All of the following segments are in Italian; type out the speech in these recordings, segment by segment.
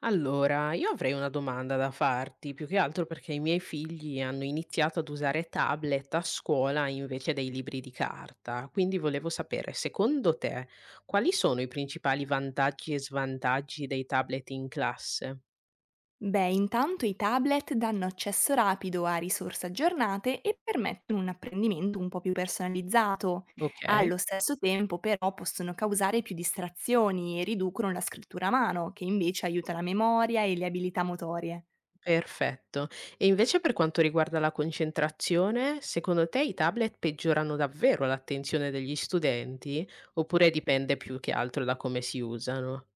Allora, io avrei una domanda da farti, più che altro perché i miei figli hanno iniziato ad usare tablet a scuola invece dei libri di carta, quindi volevo sapere, secondo te, quali sono i principali vantaggi e svantaggi dei tablet in classe? Beh, intanto i tablet danno accesso rapido a risorse aggiornate e permettono un apprendimento un po' più personalizzato. Ok, Allo stesso tempo, però, possono causare più distrazioni e riducono la scrittura a mano, che invece aiuta la memoria e le abilità motorie. perfetto. E invece per quanto riguarda la concentrazione, secondo te i tablet peggiorano davvero l'attenzione degli studenti oppure dipende più che altro da come si usano?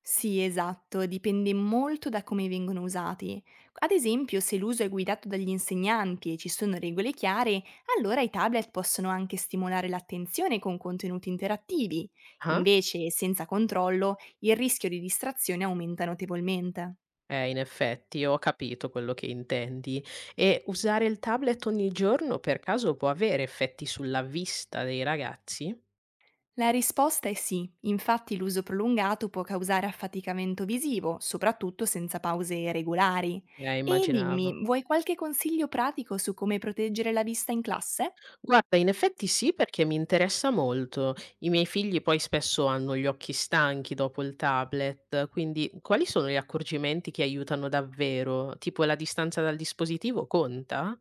Sì, esatto, dipende molto da come vengono usati. Ad esempio, se l'uso è guidato dagli insegnanti e ci sono regole chiare, allora i tablet possono anche stimolare l'attenzione con contenuti interattivi. Ah? Invece, senza controllo, il rischio di distrazione aumenta notevolmente. In effetti, ho capito quello che intendi. E usare il tablet ogni giorno per caso può avere effetti sulla vista dei ragazzi? La risposta è sì, infatti l'uso prolungato può causare affaticamento visivo, soprattutto senza pause regolari. E Immaginavo. dimmi, vuoi qualche consiglio pratico su come proteggere la vista in classe? Guarda, in effetti sì, perché mi interessa molto. I miei figli poi spesso hanno gli occhi stanchi dopo il tablet, quindi quali sono gli accorgimenti che aiutano davvero? Tipo la distanza dal dispositivo conta?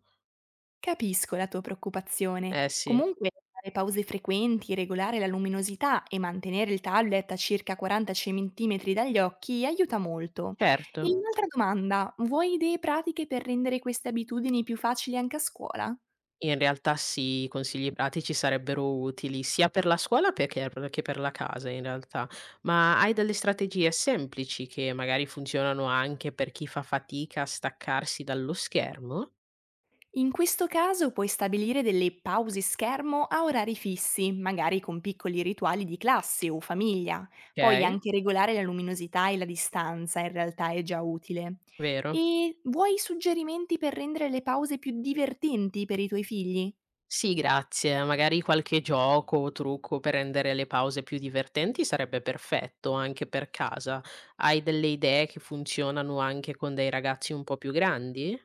Capisco la tua preoccupazione. Eh sì, Comunque, fare pause frequenti, regolare la luminosità e mantenere il tablet a circa 40 cm dagli occhi aiuta molto. E certo. un'altra domanda, vuoi idee pratiche per rendere queste abitudini più facili anche a scuola? In realtà sì, i consigli pratici sarebbero utili sia per la scuola per che per la casa in realtà. Ma hai delle strategie semplici che magari funzionano anche per chi fa fatica a staccarsi dallo schermo? In questo caso puoi stabilire delle pause schermo a orari fissi, magari con piccoli rituali di classe o famiglia. Poi Okay, anche regolare la luminosità e la distanza in realtà è già utile. vero. E vuoi suggerimenti per rendere le pause più divertenti per i tuoi figli? Sì, grazie. Magari qualche gioco o trucco per rendere le pause più divertenti sarebbe perfetto anche per casa. Hai delle idee che funzionano anche con dei ragazzi un po' più grandi?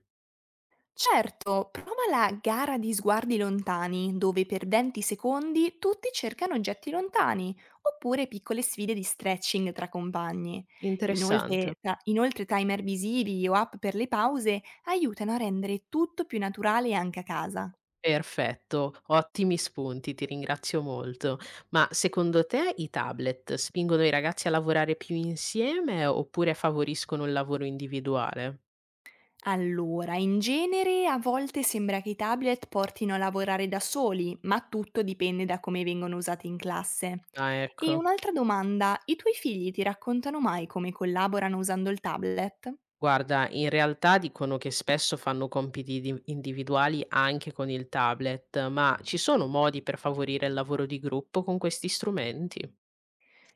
Certo, prova la gara di sguardi lontani, dove per 20 secondi tutti cercano oggetti lontani, oppure piccole sfide di stretching tra compagni. Interessante. Inoltre, inoltre timer visivi o app per le pause aiutano a rendere tutto più naturale anche a casa. Perfetto, ottimi spunti, ti ringrazio molto. Ma secondo te i tablet spingono i ragazzi a lavorare più insieme oppure favoriscono il lavoro individuale? Allora, in genere a volte sembra che i tablet portino a lavorare da soli, ma tutto dipende da come vengono usati in classe. Ah, E ecco. un'altra domanda, i tuoi figli ti raccontano mai come collaborano usando il tablet? Guarda, in realtà dicono che spesso fanno individuali anche con il tablet, ma ci sono modi per favorire il lavoro di gruppo con questi strumenti?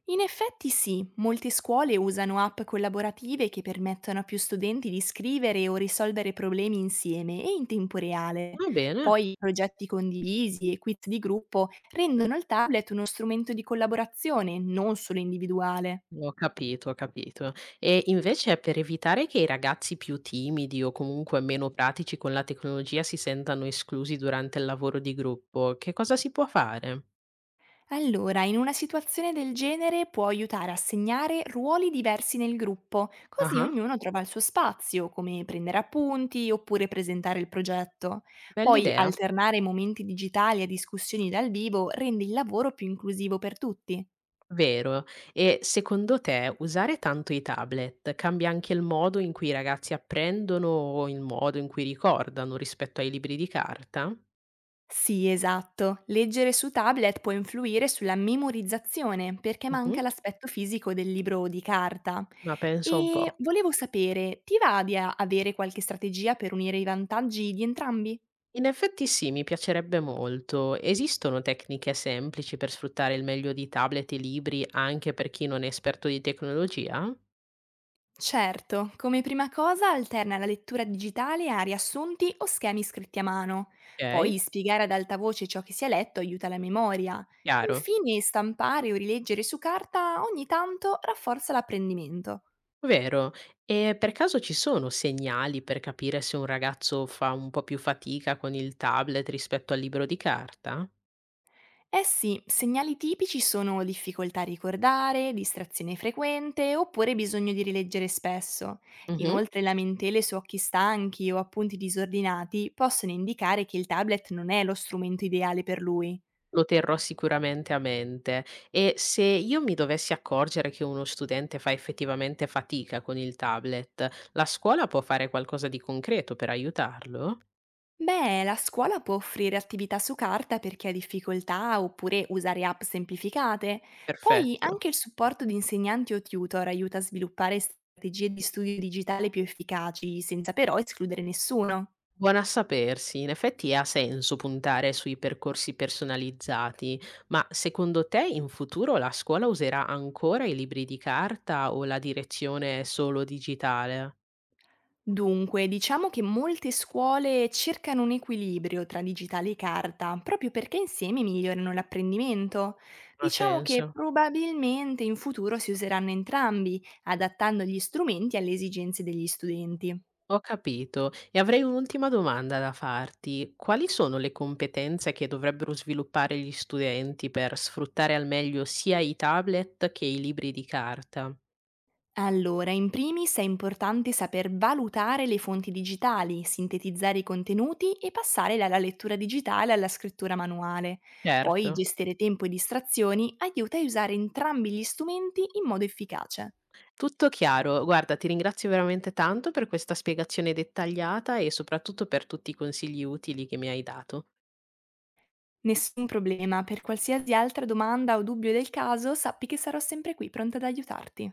In effetti sì, molte scuole usano app collaborative che permettono a più studenti di scrivere o risolvere problemi insieme e in tempo reale. Va bene. Poi progetti condivisi e quiz di gruppo rendono il tablet uno strumento di collaborazione, non solo individuale. Ho capito, ho capito. E invece per evitare che i ragazzi più timidi o comunque meno pratici con la tecnologia si sentano esclusi durante il lavoro di gruppo, che cosa si può fare? Allora, in una situazione del genere può aiutare a segnare ruoli diversi nel gruppo, così Ah, ognuno trova il suo spazio, come prendere appunti oppure presentare il progetto. Poi bell'idea, alternare momenti digitali a discussioni dal vivo rende il lavoro più inclusivo per tutti. vero. E secondo te usare tanto i tablet cambia anche il modo in cui i ragazzi apprendono o il modo in cui ricordano rispetto ai libri di carta? Sì, esatto. Leggere su tablet può influire sulla memorizzazione perché Mhm, manca l'aspetto fisico del libro o di carta. ma penso un E po'. volevo sapere, ti va di avere qualche strategia per unire i vantaggi di entrambi? In effetti sì, mi piacerebbe molto. Esistono tecniche semplici per sfruttare il meglio di tablet e libri anche per chi non è esperto di tecnologia? Certo, come prima cosa alterna la lettura digitale a riassunti o schemi scritti a mano. Ok, Poi spiegare ad alta voce ciò che si è letto aiuta la memoria. chiaro, Infine, stampare o rileggere su carta ogni tanto rafforza l'apprendimento. vero. E per caso ci sono segnali per capire se un ragazzo fa un po' più fatica con il tablet rispetto al libro di carta? Eh sì, segnali tipici sono difficoltà a ricordare, distrazione frequente oppure bisogno di rileggere spesso. Inoltre lamentele su occhi stanchi o appunti disordinati possono indicare che il tablet non è lo strumento ideale per lui. Lo terrò sicuramente a mente e se io mi dovessi accorgere che uno studente fa effettivamente fatica con il tablet, la scuola può fare qualcosa di concreto per aiutarlo? Beh, la scuola può offrire attività su carta per chi ha difficoltà oppure usare app semplificate. Poi Perfetto. anche il supporto di insegnanti o tutor aiuta a sviluppare strategie di studio digitale più efficaci, senza però escludere nessuno. Buona a sapersi, in effetti ha senso puntare sui percorsi personalizzati, ma secondo te in futuro la scuola userà ancora i libri di carta o la direzione è solo digitale? Dunque, diciamo che molte scuole cercano un equilibrio tra digitale e carta, proprio perché insieme migliorano l'apprendimento. Ha Diciamo che senso? probabilmente in futuro si useranno entrambi, adattando gli strumenti alle esigenze degli studenti. Ho capito. E avrei un'ultima domanda da farti. Quali sono le competenze che dovrebbero sviluppare gli studenti per sfruttare al meglio sia i tablet che i libri di carta? Allora, in primis è importante saper valutare le fonti digitali, sintetizzare i contenuti e passare dalla lettura digitale alla scrittura manuale. Poi Certo. gestire tempo e distrazioni aiuta a usare entrambi gli strumenti in modo efficace. Tutto chiaro. Guarda, ti ringrazio veramente tanto per questa spiegazione dettagliata e soprattutto per tutti i consigli utili che mi hai dato. Nessun problema, per qualsiasi altra domanda o dubbio del caso sappi che sarò sempre qui pronta ad aiutarti.